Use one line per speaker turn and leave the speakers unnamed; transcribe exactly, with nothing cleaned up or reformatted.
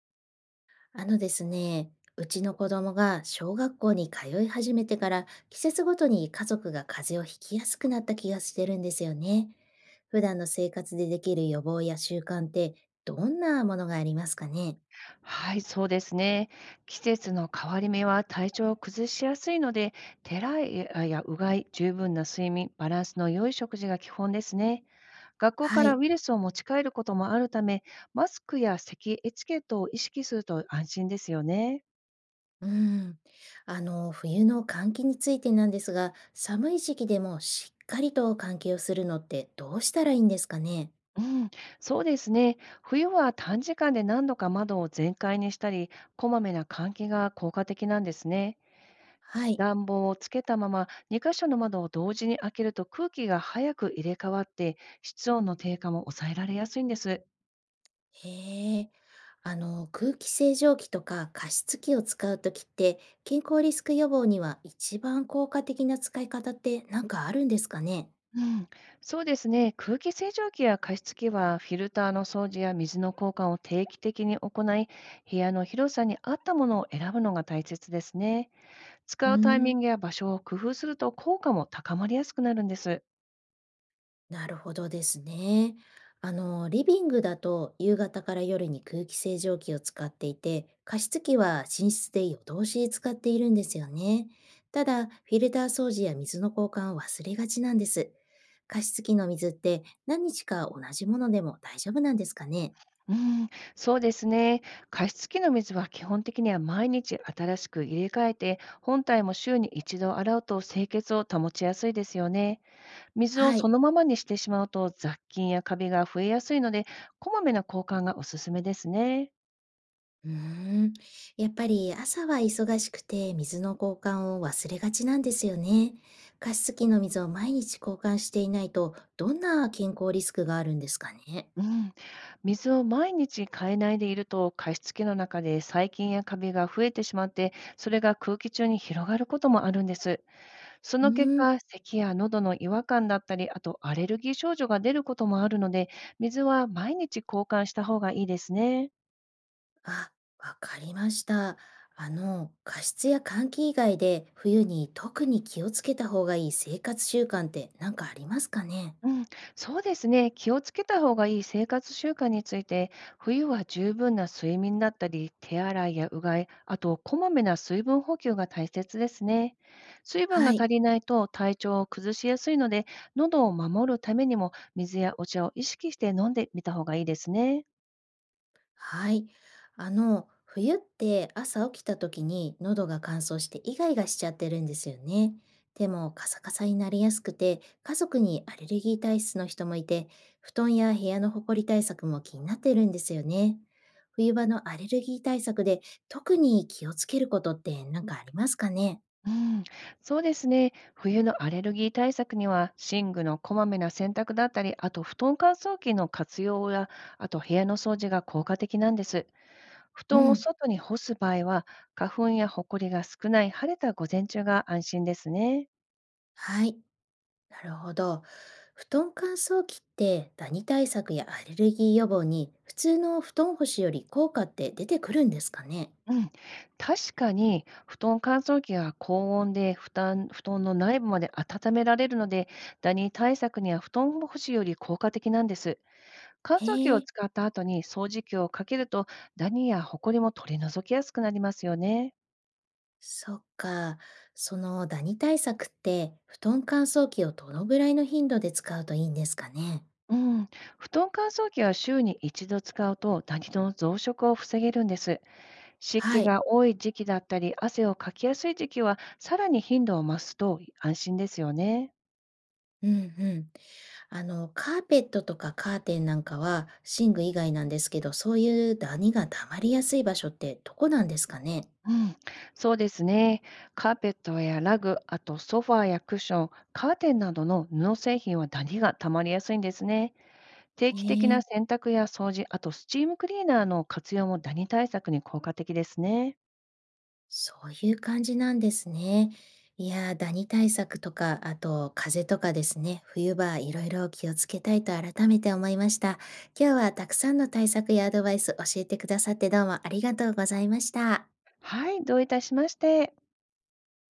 あのですね、うちの子供が小学校に通い始めてから季節ごとに家族が風邪をひきやすくなった気がしてるんですよね。普段の生活でできる予防や習慣ってどんなものがありますかね。
はい、そうですね。季節の変わり目は体調を崩しやすいので、手洗いややうがい、十分な睡眠、バランスの良い食事が基本ですね。学校か
は
ら
い。
ウイルスを持ち帰ることもあるため、マスクや咳エチケットを意識すると安心ですよね。
うん。あの、冬の換気についてなんですが、寒い時期でもしっかりと換気をするのってどうしたらいいんですかね。
うん、そうですね。冬は短時間で何度か窓を全開にしたり、こまめな換気が効果的なんですね。
はい。
暖房をつけたままに箇所の窓を同時に開けると空気が早く入れ替わって室温の低下も抑えられやすいんです。
へえ、あの、空気清浄機とか加湿器を使うときって、健康リスク予防には一番効果的な使い方って何かあるんですかね。
うん、そうですね。空気清浄機や加湿器はフィルターの掃除や水の交換を定期的に行い、部屋の広さに合ったものを選ぶのが大切ですね。
う
使
ー
うタイミ
ん、
ングや場所を工夫すると効果も高まりやすくなるんです。
なるほどですね。あの、リビングだと夕方から夜に空気清浄機を使っていて、加湿器は寝室で夜通し使っているんですよね。ただ、フィルター掃除や水の交換を忘れがちなんです。加湿器の水って何日か同じものでも大丈夫なんですかね。
うん、そうですね。加湿器の水は基本的には毎日新しく入れ替えて、本体も週に一度洗うと清潔を保ちやすいですよね。水を
は
そ
い。
のままにしてしまうと雑菌やカビが増えやすいので、こまめな交換がおすすめですね。
うーん。やっぱり朝は忙しくて水の交換を忘れがちなんですよね。加湿器の水を毎日交換していないとどんな健康リスクがあるんですかね。
うん、水を毎日変えないでいると加湿器の中で細菌やカビが増えてしまって、それが空気中に広がることもあるんです。そ
う
の結
ーん。
果、咳や喉の違和感だったり、あとアレルギー症状が出ることもあるので、水は毎日交換した方がいいですね。
あ、わかりました。あの、加湿や換気以外で冬に特に気をつけた方がいい生活習慣って何かありますかね。
うん、そうですね。気をつけた方がいい生活習慣について、冬は十分な睡眠だったり、手洗いやうがい、あとこまめな水分補給が大切ですね。水分が
は
足
い。
りないと体調を崩しやすいので、喉を守るためにも水やお茶を意識して飲んでみた方がいいですね。
はい。あの、冬って朝起きた時に喉が乾燥してイガイガしちゃってるんですよね。手もカサカサになりやすくて、家族にアレルギー体質の人もいて、布団や部屋のほこり対策も気になってるんですよね。冬場のアレルギー対策で特に気をつけることって何かありますかね。
うん、そうですね。冬のアレルギー対策には、寝具のこまめな洗濯だったり、あと布団乾燥機の活用や、あと部屋の掃除が効果的なんです。布
う
団を
ん。
外に干す場合は、花粉やほこりが少ない晴れた午前中が安心ですね。
はい。なるほど。布団乾燥機ってダニ対策やアレルギー予防に普通の布団干しより効果って出てくるんですかね。
うん、確かに布団乾燥機は高温で負担布団の内部まで温められるので、ダニ対策には布団干しより効果的なんです。乾
へ
燥機を
え、
使った後に掃除機をかけると、ダニやホコリも取り除きやすくなりますよね。
そっか。そのダニ対策って布団乾燥機をどのぐらいの頻度で使うといいんですかね。
うん、布団乾燥機は週に一度使うとダニの増殖を防げるんです。湿気
はい。
が多い時期だったり、汗をかきやすい時期はさらに頻度を増すと安心ですよね。
うんうん。あの、カーペットとかカーテンなんかは寝具以外なんですけど、そういうダニが溜まりやすい場所ってどこなんですかね。
うん、そうですね。カーペットやラグ、あとソファーやクッション、カーテンなどの布製品はダニがたまりやすいんですね。定
へ
期的な
え、
洗濯や掃除、あとスチームクリーナーの活用もダニ対策に効果的ですね。
そういう感じなんですね。いやー、ダニ対策とか、あと風邪とかですね、冬場いろいろ気をつけたいと改めて思いました。今日はたくさんの対策やアドバイス教えてくださってどうもありがとうございました。
はい、どういたしまして。